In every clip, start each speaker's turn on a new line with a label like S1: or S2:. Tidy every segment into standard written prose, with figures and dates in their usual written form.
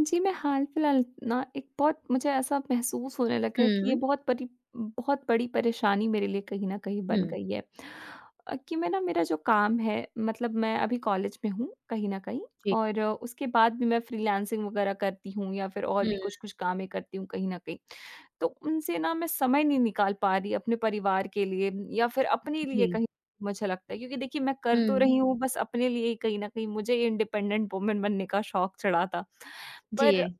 S1: जी, मैं हाल-फिलहाल ना एक बहुत मुझे ऐसा महसूस होने लगा है कि ये
S2: हुँ,
S1: बहुत बड़ी परेशानी मेरे लिए कहीं न कहीं बन
S2: हुँ,
S1: गई है। कि मैं ना मेरा जो काम है मतलब मैं अभी कॉलेज में हूँ कहीं न कहीं,
S2: जी,
S1: और उसके बाद भी मैं फ्रीलांसिंग वगैरह करती हूँ या फिर और
S2: हुँ,
S1: भी कुछ-कुछ कामें करती हूँ कहीं न कहीं। तो उनसे ना मैं समय नहीं निकाल पा रही अपने परिवार के लिए या फिर अपने लिए
S2: जी,
S1: कहीं, मुझे लगता है, क्योंकि देखिए मैं कर तो
S2: हुँ,
S1: रही हूँ बस अपने लिए ही कहीं न कहीं, मुझे इंडिपेंडेंट वुमन बनने का शौक चढ़ा था। पर
S2: जी,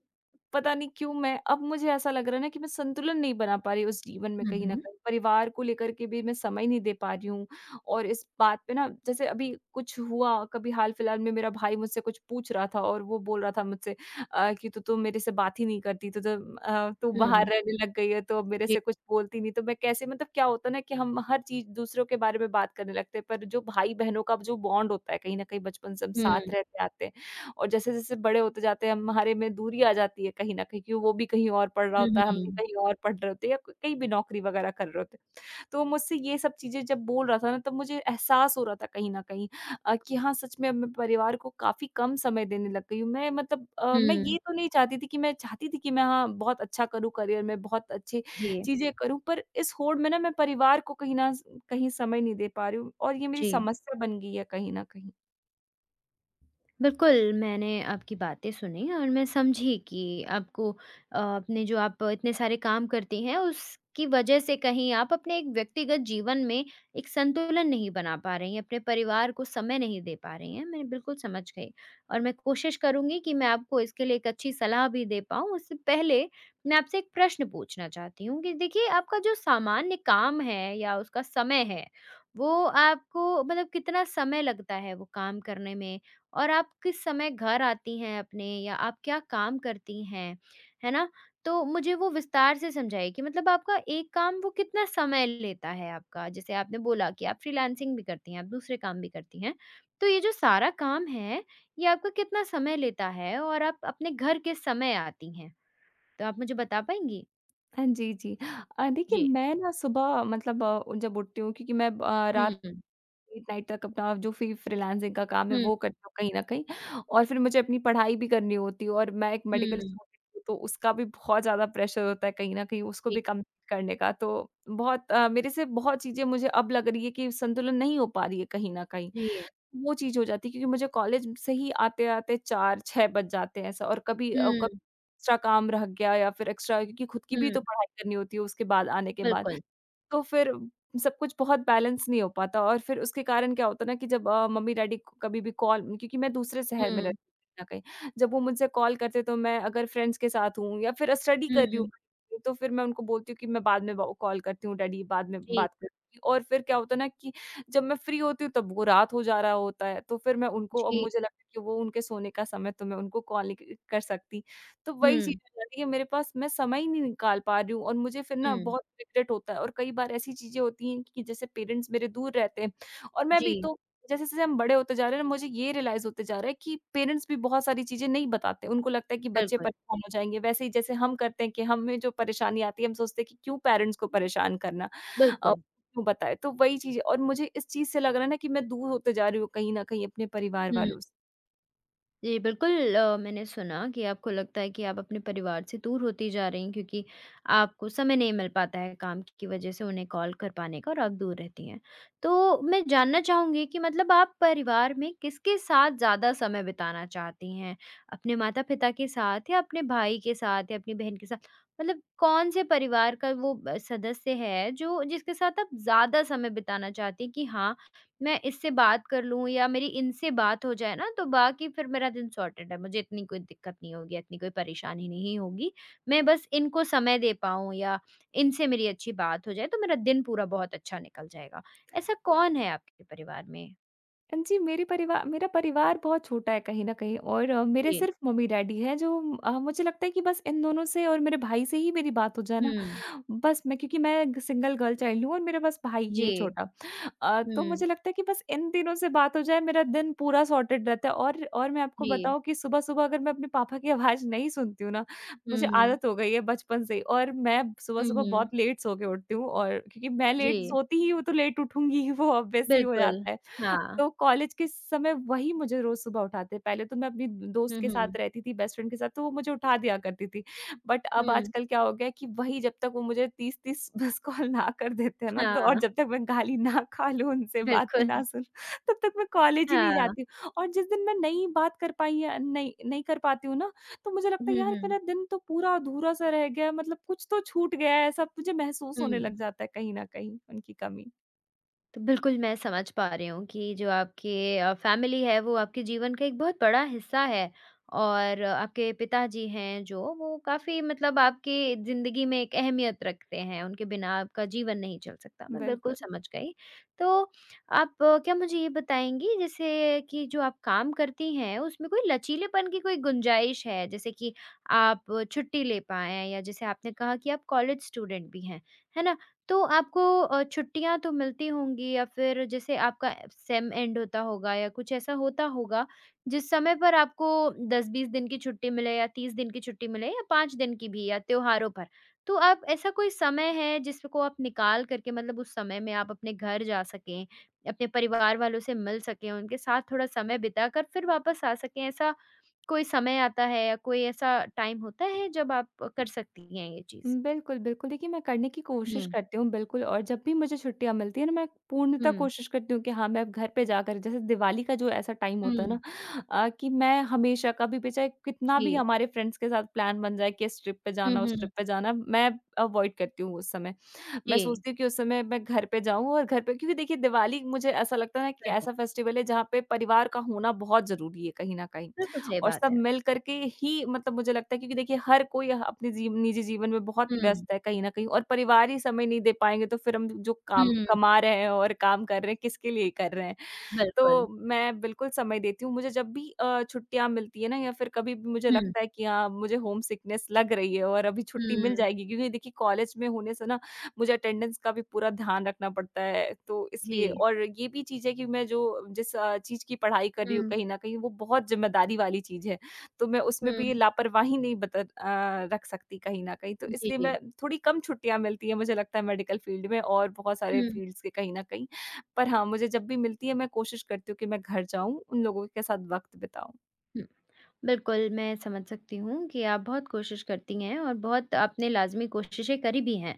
S1: पता नहीं क्यों मैं, अब मुझे ऐसा लग रहा है ना कि मैं संतुलन नहीं बना पा रही उस जीवन में
S2: हुँ,
S1: कहीं न
S2: हुँ,
S1: कहीं। परिवार को लेकर के भी मैं समय नहीं दे पा रही हूँ, और इस बात पे ना, जैसे अभी कुछ हुआ, कभी हाल-फिलहाल में मेरा भाई मुझसे कुछ पूछ रहा था और वो बोल रहा था मुझसे कि "तू तो मेरे से बात ही नहीं करती, तू बाहर
S2: हुँ,
S1: रहने लग गई है, तो अब मेरे
S2: जी,
S1: से कुछ बोलती नहीं।" तो मैं कैसे, मतलब क्या होता है ना कि हम हर चीज़ दूसरों के बारे में बात करने लगते हैं, पर जो भाई-बहनों का जो बॉन्ड होता है कहीं न कहीं, बचपन से हम
S2: हुँ,
S1: साथ रहते आते हैं। और जैसे-जैसे बड़े होते जाते हैं हम, हमारे में दूरी आ जाती है कहीं न कहीं, क्यों, वो भी कहीं और पढ़ रहा
S2: हुँ,
S1: होता है, हम भी
S2: हुँ,
S1: कहीं और पढ़ रहे होते हैं या क कहीं भी नौकरी वगैरह कर रहे होते हैं। तो वो मुझसे ये सब चीज़ें जब बोल रहा था ना, तब मुझे एहसास हो रहा था कहीं न कहीं कि हाँ, सच में अब मैं परिवार को काफ़ी कम समय देने लग गई हूँ। मैं, मतलब मैं
S2: हुँ,
S1: ये तो नहीं चाहती थी, कि मैं चाहती थी कि मैं, हाँ, बहुत अच्छा करूँ करियर में, बहुत अच्छी
S2: जी,
S1: चीज़ें करूँ, पर इस होड़ में ना मैं परिवार को कहीं न कहीं समय नहीं दे पा रही हूँ और ये मेरी
S2: जी।
S1: समस्या बन गई है कहीं न कहीं।
S2: बिल्कुल, मैंने आपकी बातें सुनी और मैं समझी कि आपको अपने जो आप इतने सारे काम करती हैं, उसकी वजह से कहीं आप अपने एक व्यक्तिगत जीवन में एक संतुलन नहीं बना पा रही हैं, अपने परिवार को समय नहीं दे पा रही हैं। मैं बिल्कुल समझ गई और मैं कोशिश करूँगी कि मैं आपको इसके लिए एक अच्छी सलाह भी दे पाऊँ। उससे पहले मैं आपसे एक प्रश्न पूछना चाहती हूँ कि देखिए, आपका जो सामान्य काम है या उसका समय है, वो आपको मतलब कितना समय लगता है वो काम करने में? और आप किस समय घर आती हैं अपने या आप क्या काम करती हैं, है ना? तो मुझे वो विस्तार से समझाइए कि मतलब आपका एक काम वो कितना समय लेता है आपका? जैसे आपने बोला कि आप फ्रीलांसिंग भी करती हैं, आप दूसरे काम भी करती हैं। तो ये जो सारा काम है, ये आपका कितना समय लेता है और आप अपने घर किस समय आती हैं? तो आप मुझे बता पाएँगी?
S1: हाँ जी, जी। देखिए
S2: जी।
S1: मैं ना सुबह, मतलब जब उठती हूँ, क्योंकि मैं रात
S2: हुँ,
S1: लेट नाइट तक अपना जो फ्रीलांसिंग का काम है
S2: हुँ,
S1: वो करती हूँ कहीं न कहीं, और फिर मुझे अपनी पढ़ाई भी करनी होती है, और मैं एक मेडिकल
S2: हुँ।
S1: स्टूडेंट हूँ, तो उसका भी बहुत ज़्यादा प्रेशर होता है कहीं न कहीं, उसको
S2: जी,
S1: भी कम करने का। तो बहुत, मेरे से बहुत चीज़ें, मुझे अब लग रही है कि संतुलन नहीं हो पा रही है कहीं न कहीं।
S2: जी।
S1: वो चीज़ हो जाती है क्योंकि मुझे कॉलेज से ही आते-आते 4-6 बज जाते हैं ऐसा, और कभी कभी
S2: हुँ,
S1: एक्स्ट्रा काम रह गया, या फिर एक्स्ट्रा, क्योंकि खुद की भी
S2: हुँ,
S1: तो पढ़ाई करनी होती है उसके बाद, आने के बाद।
S2: बिल्कुल।
S1: तो फिर सब कुछ बहुत बैलेंस नहीं हो पाता, और फिर उसके कारण क्या होता है ना, कि जब मम्मी-डैडी कभी भी कॉल, क्योंकि मैं दूसरे शहर में
S2: हुँ,
S1: रहती हूँ कहीं न कहीं, जब वो मुझसे कॉल करते तो मैं, अगर फ्रेंड्स के साथ हूँ या फिर स्टडी कर रही हूँ,
S2: हुँ,
S1: तो फिर मैं उनको बोलती हूँ कि मैं बाद में ब कॉल करती हूँ डैडी, बाद में
S2: जी,
S1: बात करती हूँ, और फिर क्या होता है ना कि जब मैं फ्री होती हूँ तब वो रात हो जा रहा होता है, तो फिर मैं उनको, अब
S2: जी।
S1: मुझे लगता है कि वो उनके सोने का समय, तो मैं उनको कॉल नहीं क कर सकती। तो वही चीज़
S2: हुँ,
S1: हो जाती है, मेरे पास, मैं समय ही नहीं निकाल पा रही हूँ, और मुझे फिर ना
S2: हुँ।
S1: बहुत रिग्रेट होता है, और कई बार ऐसी चीज़ें होती हैं कि जैसे पेरेंट्स मेरे दूर रहते हैं, और मैं भी
S2: जी,
S1: तो, जैसे-जैसे हम बड़े होते जा रहे हैं ना, मुझे ये रियलाइज़ होते जा रहा है कि पेरेंट्स भी बहुत सारी चीज़ें नहीं बताते। उनको लगता है कि बच्चे
S2: बिल्कुल,
S1: परेशान हो जाएँगे, वैसे ही जैसे हम करते हैं कि हमें जो परेशानी आती है, हम सोचते हैं कि क्यों पेरेंट्स को परेशान करना, अ
S2: बिल्कुल।
S1: क्यों बताए? तो वही चीज़ है, और मुझे इस चीज़ से लग रहा है ना कि मैं दूर होते जा रही हूँ कहीं न कहीं अपने परिवार
S2: हुँ,
S1: वालों से।
S2: जी, बिल्कुल मैंने सुना कि आपको लगता है कि आप अपने परिवार से दूर होती जा रही हैं क्योंकि आपको समय नहीं मिल पाता है काम की वजह से उन्हें कॉल कर पाने का और आप दूर रहती हैं। तो मैं जानना चाहूँगी कि मतलब आप परिवार में किसके साथ ज़्यादा समय बिताना चाहती हैं? अपने माता-पिता के साथ या अपने भाई के साथ या अपनी बहन के साथ? मतलब कौन-से परिवार का वो ब सदस्य है जो जिसके साथ आप ज़्यादा समय बिताना चाहती हैं कि हाँ, मैं इससे बात कर लूँ या मेरी इनसे बात हो जाए ना तो बाकी फिर मेरा दिन सॉर्टेड है। मुझे इतनी कोई दिक्कत नहीं होगी, इतनी कोई परेशानी नहीं होगी। मैं बस इनको समय दे पाऊँ या इनसे मेरी अच्छी बात हो जाए तो मेरा दिन पूरा बहुत अच्छा निकल जाएगा। ऐसा कौन है आपके परिवार में?
S1: हाँ जी, मेरे परिवार मेरा परिवार बहुत छोटा है कहीं न कहीं, और मेरे
S2: जी।
S1: सिर्फ़ मम्मी-डैडी हैं जो, मुझे लगता है कि बस इन दोनों से और मेरे भाई से ही मेरी बात हो जाए ना,
S2: हुँ।
S1: बस, मैं, क्योंकि मैं एक सिंगल गर्ल चाइल्ड हूँ और मेरा बस भाई ही है
S2: जी।
S1: छोटा। तो
S2: हुँ।
S1: मुझे लगता है कि बस इन तीनों से बात हो जाए, मेरा दिन पूरा सॉर्टेड रहता है, और मैं आपको
S2: जी।
S1: बताऊँ कि सुबह-सुबह अगर मैं अपने पापा की आवाज़ नहीं सुनती हूँ ना, मुझे
S2: हुँ।
S1: आदत हो गई है बचपन से ही, और मैं
S2: हुँ,
S1: सुबह-सुबह
S2: हुँ।
S1: बहुत लेट सो के उठती हूँ, और क्योंकि मैं लेट
S2: जी,
S1: सोती ही हूँ तो लेट उठूँगी ही, वो ऑब्वियस ही हो
S2: बिल्कुल।
S1: जाता है।
S2: हाँ।
S1: तो कॉलेज के समय वही मुझे रोज़ सुबह उठाते। पहले तो मैं अपनी दोस्त
S2: हुँ,
S1: के
S2: हुँ।
S1: साथ रहती थी, बेस्ट फ्रेंड के साथ, तो वो मुझे उठा दिया करती थी। बट अब
S2: हुँ।
S1: आजकल क्या हो गया है, कि वही, जब तक वो मुझे 30-30 मिस्ड कॉल ना कर देते हैं ना, तो, और
S2: हाँ,
S1: जब तक मैं गाली ना खा लूँ, उनसे बातें
S2: बिल्कुल।
S1: ना सुन तब तक मैं कॉलेज ही नहीं
S2: हाँ।
S1: जाती हूँ। और जिस दिन मैं नहीं बात कर पाई या नहीं नहीं कर पाती हूँ ना, तो मुझे लगता है
S2: हुँ,
S1: यार,
S2: हुँ।
S1: मेरा दिन तो पूरा अधूरा-सा रह गया है, मतलब कुछ तो छूट गया है, ऐसा मुझे महसूस होने लग
S2: हुँ।
S1: जाता है कहीं न कहीं, उनकी कमी।
S2: तो बिल्कुल मैं समझ पा रही हूँ कि जो आपके फैमिली है वो आपके जीवन का एक बहुत बड़ा हिस्सा है और आपके पिताजी हैं जो वो काफ़ी मतलब आपकी ज़िंदगी में एक अहमियत रखते हैं, उनके बिना आपका जीवन नहीं चल सकता। मैं बिल्कुल
S1: बिल्कुल।
S2: समझ गई। तो आप क्या मुझे ये बताएँगी जैसे कि जो आप काम करती हैं उसमें कोई लचीलेपन की कोई गुंजाइश है? जैसे कि आप छुट्टी ले पाएँ या जैसे आपने कहा कि आप कॉलेज स्टूडेंट भी हैं, है ना? तो आपको छुट्टियाँ तो मिलती होंगी या फिर जैसे आपका सेम एंड होता होगा या कुछ ऐसा होता होगा, जिस समय पर आपको 10-20 दिन की छुट्टी मिले या 30 दिन की छुट्टी मिले या 5 दिन की भी या त्योहारों पर। तो आप ऐसा कोई समय है जिसको आप निकाल कर के मतलब उस समय में आप अपने घर जा सकें, अपने परिवार वालों से मिल सकें, उनके साथ थोड़ा समय बिता कर फिर वापस आ सकें, ऐसा कोई समय आता है या कोई ऐसा टाइम होता है जब आप कर सकती हैं ये चीज़?
S1: हुँ, बिल्कुल, बिल्कुल। देखिए, मैं करने की कोशिश
S2: हुँ।
S1: करती हूँ बिल्कुल, और जब भी मुझे छुट्टियाँ मिलती हैं ना, मैं पूर्णतः
S2: हुँ,
S1: कोशिश करती हूँ कि हाँ, मैं अब घर पे जाकर, जैसे दिवाली का जो ऐसा टाइम होता है
S2: हुँ,
S1: ना, कि मैं हमेशा, कभी भी, चाहे कितना भी
S2: जी।
S1: हमारे फ्रेंड्स के साथ प्लान बन जाए कि इस ट्रिप पे
S2: हुँ,
S1: जाना, उस
S2: हुँ।
S1: ट्रिप पे जाना, मैं अवॉइड करती हूँ उस समय। मैं
S2: जी,
S1: सोचती हूँ कि उस समय मैं घर पे जाऊँ, और घर पे, क्योंकि देखिए दिवाली, मुझे ऐसा लगता है ना कि
S2: बिल्कुल,
S1: ऐसा फेस्टिवल है जहाँ पे परिवार का होना बहुत ज़रूरी है कहीं न कहीं।
S2: बिल्कुल सही
S1: और
S2: बात
S1: सब
S2: है।
S1: मिल कर के ही, मतलब मुझे लगता है, क्योंकि देखिए हर कोई ह अपने निजी जीवन में बहुत
S2: हुँ,
S1: व्यस्त है कहीं न कहीं, और परिवार ही समय नहीं दे पाएँगे तो फिर हम जो काम
S2: हुँ,
S1: कमा रहे हैं और काम कर रहे हैं, किसके लिए कर रहे हैं? तो
S2: बिल्कुल।
S1: मैं बिल्कुल समय देती हूँ। मुझे जब भी छुट्टियाँ मिलती है ना, या फिर कभी भी मुझे
S2: हुँ,
S1: लगता है कि हाँ, मुझे होम सिकनेस लग रही है और अभी छुट्टी मिल
S2: हुँ,
S1: जाएगी, क्योंकि देखिए कॉलेज में होने से ना मुझे अटेंडेंस का भी पूरा ध्यान रखना पड़ता है। तो इसलिए,
S2: जी।
S1: और ये भी चीज़ है कि मैं जो जिस चीज़ की पढ़ाई कर रही हूँ
S2: हुँ,
S1: कहीं न कहीं, वो बहुत ज़िम्मेदारी वाली चीज़ है। तो मैं उसमें
S2: हुँ,
S1: भी लापरवाही नहीं रख सकती कहीं न कहीं। तो
S2: जी,
S1: इसलिए
S2: जी।
S1: मैं, थोड़ी कम छुट्टियाँ मिलती हैं मुझे लगता है मेडिकल फील्ड में और बहुत सारे
S2: हुँ,
S1: फील्ड्स के कहीं न कहीं। पर हाँ, मुझे जब भी मिलती है, मैं कोशिश करती हूँ कि मैं घर जाऊँ, उन लोगों के साथ वक़्त बिताऊँ।
S2: हुँ। बिल्कुल, मैं समझ सकती हूँ कि आप बहुत कोशिश करती हैं और बहुत आपने लाज़मी कोशिशें करी भी हैं।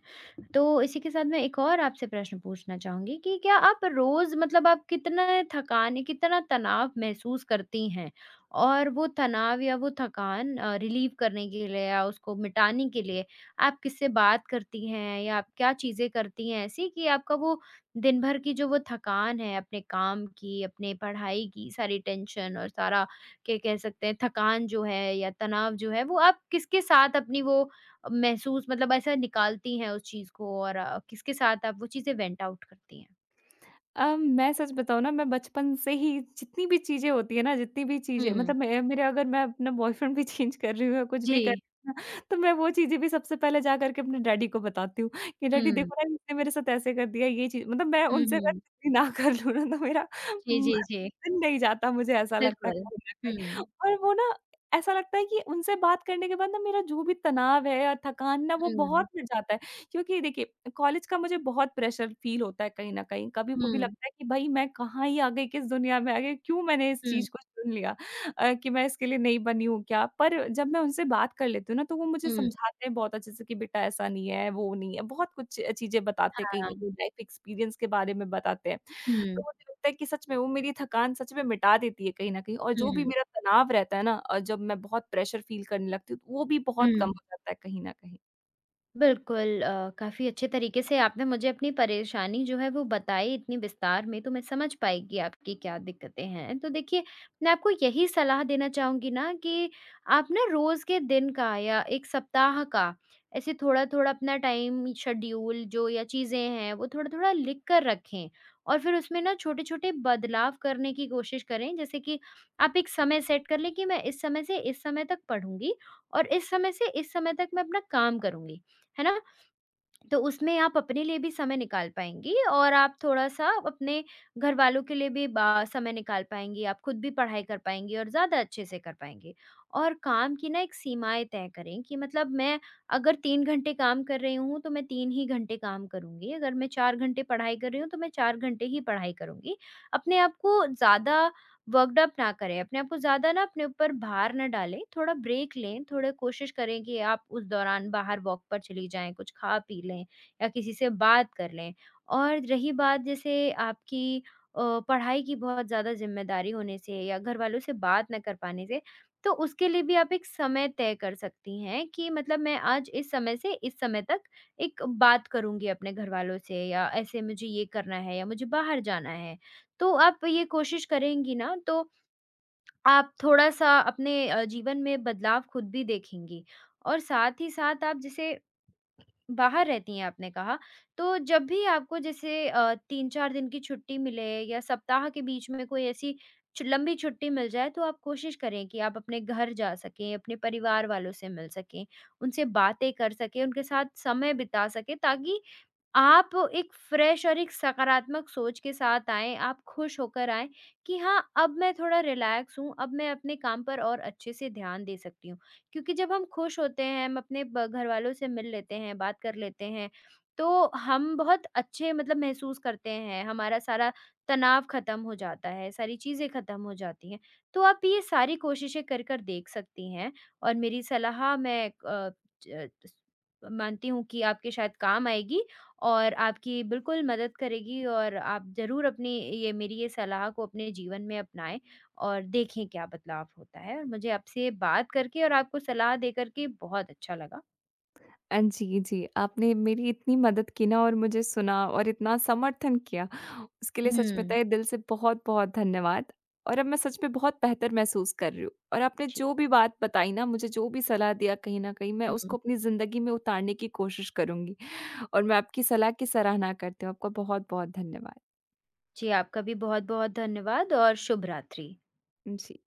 S2: तो इसी के साथ मैं एक और आपसे प्रश्न पूछना चाहूँगी कि क्या आप रोज़ मतलब आप कितने थकान कितना तनाव महसूस करती हैं? और वो तनाव या वो थकान रिलीव करने के लिए या उसको मिटाने के लिए आप किससे बात करती हैं या आप क्या चीज़ें करती हैं ऐसी कि आपका वो दिन भर की जो वो थकान है अपने काम की, अपने पढ़ाई की, सारी टेंशन और सारा के कह सकते हैं थकान जो है या तनाव जो है, वो आप किसके साथ अपनी वो महसूस मतलब ऐसा निकालती हैं उस चीज़ को और किसके साथ आप वो चीज़ें वेंट आउट करती हैं?
S1: मैं सच बताऊँ ना, मैं बचपन से ही जितनी भी चीज़ें होती हैं ना, जितनी भी चीज़ें,
S2: हुँ,
S1: मतलब मैं मेरे अगर मैं अपना बॉयफ्रेंड भी चेंज कर रही हूँ या कुछ
S2: जी।
S1: भी कर रही हूँ ना, तो मैं वो चीज़ें भी सबसे पहले जा कर के अपने डैडी को बताती हूँ कि डैडी
S2: हुँ,
S1: देखो ना इसने मेरे साथ ऐसे कर दिया, ये चीज़, मतलब मैं
S2: हुँ,
S1: उनसे अगर
S2: हुँ।
S1: चुगली ना कर लूँ ना तो मेरा
S2: जी,
S1: म
S2: जी, जी।
S1: दिन नहीं जाता, मुझे ऐसा लगता है
S2: बिल्कुल।
S1: कहीं न कहीं,
S2: हुँ,
S1: और वो ना, ऐसा लगता है कि उनसे बात करने के बाद ना मेरा जो भी तनाव है या थकान ना, वो बहुत
S2: हुँ,
S1: मिट जाता है। क्योंकि देखिए कॉलेज का मुझे बहुत प्रेशर फ़ील होता है कहीं न कहीं, कभी-कभी
S2: हुँ,
S1: लगता है कि भई मैं कहाँ ही आ गई, किस दुनिया में आ गई, क्यों मैंने इस
S2: हुँ,
S1: चीज़ को चुन लिया, कि मैं इसके लिए नहीं बनी हूँ क्या? पर जब मैं उनसे बात कर लेती हूँ ना, तो वो मुझे
S2: हुँ।
S1: समझाते हैं बहुत अच्छे से कि बेटा ऐसा नहीं है, वो नहीं है, बहुत कुछ चीज़ें बताते हैं कहीं न
S2: हाँ।
S1: कहीं, लाइफ़ एक्सपीरियंस के बारे में बताते हैं। तो
S2: हुँ,
S1: मुझे लगता है कि सच में वो मेरी थकान सच में मिटा देती है कहीं न कहीं, और जो भी
S2: हुँ,
S1: मेरा तनाव रहता है ना, जब मैं बहुत प्रेशर फ़ील करने लगती हूँ, तो वो भी बहुत
S2: हुँ।
S1: कम हो जाता है कहीं न कहीं।
S2: बिल्कुल काफ़ी अच्छे तरीके से आपने मुझे अपनी परेशानी जो है वो बताई इतनी विस्तार में तो मैं समझ पाई कि आपकी क्या दिक्कतें हैं। तो देखिए, मैं आपको यही सलाह देना चाहूँगी ना कि आप ना रोज़ के दिन का या 1 सप्ताह का ऐसे थोड़ा-थोड़ा अपना टाइम शेड्यूल जो या चीज़ें हैं वो थोड़ा-थोड़ा लिख कर रखें। और फिर उसमें ना छोटे-छोटे बदलाव करने की कोशिश करें जैसे कि आप एक समय सेट कर लें कि मैं इस समय से इस समय तक पढ़ूँगी और इस समय से इस समय तक मैं अपना काम करूँगी। है ना? तो उसमें आप अपने लिए भी समय निकाल पाएँगी और आप थोड़ा-सा अपने घरवालों के लिए भी बा समय निकाल पाएँगी, आप खुद भी पढ़ाई कर पाएँगी और ज़्यादा अच्छे से कर पाएँगी। और काम की ना एक सीमाएँ तय करें कि मतलब मैं अगर 3 घंटे काम कर रही हूँ, तो मैं 3 ही घंटे काम करूँगी, अगर मैं 4 घंटे पढ़ाई कर रही हूँ, तो मैं 4 घंटे ही पढ़ाई करूँगी। अपने आप को ज़्यादा वर्कडअप ना करें, अपने आप को ज़्यादा ना अपने ऊपर भार ना डालें, थोड़ा ब्रेक लें, थोड़ा कोशिश करें कि आप उस दौरान बाहर वॉक पर चली जाएँ, कुछ खा पी लें या किसी से बात कर लें। और रही बात जैसे आपकी अ, पढ़ाई की बहुत ज़्यादा ज़िम्मेदारी होने से या घरवालों से बात ना कर पाने से, तो उसके लिए भी आप एक समय तय कर सकती हैं कि मतलब मैं आज इस समय से इस समय तक एक बात करूँगी अपने घरवालों से या ऐसे मुझे ये करना है या मुझे बाहर जाना है। तो आप ये कोशिश करेंगी ना तो आप थोड़ा-सा अपने जीवन में बदलाव खुद भी देखेंगी। और साथ ही साथ आप जैसे बाहर रहती हैं आपने कहा, तो जब भी आपको जैसे 3-4 दिन की छुट्टी मिले या सप्ताह के बीच में कोई ऐसी छु लंबी छुट्टी मिल जाए तो आप कोशिश करें कि आप अपने घर जा सकें, अपने परिवार वालों से मिल सकें, उनसे बातें कर सकें, उनके साथ समय बिता सकें ताकि आप एक फ्रेश और एक सकारात्मक सोच के साथ आएँ, आप खुश होकर आएँ कि हाँ, अब मैं थोड़ा रिलैक्स हूँ, अब मैं अपने काम पर और अच्छे से ध्यान दे सकती हूँ। क्योंकि जब हम खुश होते हैं, हम अपने ब घरवालों से मिल लेते हैं, बात कर लेते हैं, तो हम बहुत अच्छे मतलब महसूस करते हैं, हमारा सारा तनाव खत्म हो जाता है, सारी चीज़ें खत्म हो जाती हैं। तो आप ये सारी कोशिशें कर कर देख सकती हैं और मेरी सलाह मैं अ, ज मानती हूँ कि आपके शायद काम आएगी और आपकी बिल्कुल मदद करेगी और आप ज़रूर अपनी ये मेरी ये सलाह को अपने जीवन में अपनाएँ और देखें क्या बदलाव होता है और मुझे आपसे बात करके और आपको सलाह दे करके बहुत अच्छा लगा।
S1: जी, जी। आपने मेरी इतनी मदद की ना और मुझे सुना और इतना समर्थन किया, उसके लिए सच में
S2: हुँ।
S1: तहे दिल से बहुत-बहुत धन्यवाद। और अब मैं सच में बहुत बेहतर महसूस कर रही हूँ, और आपने
S2: जी।
S1: जो भी बात बताई ना, मुझे जो भी सलाह दिया कहीं न कहीं, मैं
S2: हुँ।
S1: उसको अपनी ज़िंदगी में उतारने की कोशिश करूँगी, और मैं आपकी सलाह की सराहना करती हूँ। आपका बहुत-बहुत धन्यवाद।
S2: जी, आपका भी बहुत-बहुत धन्यवाद और शुभ रात्रि।
S1: जी।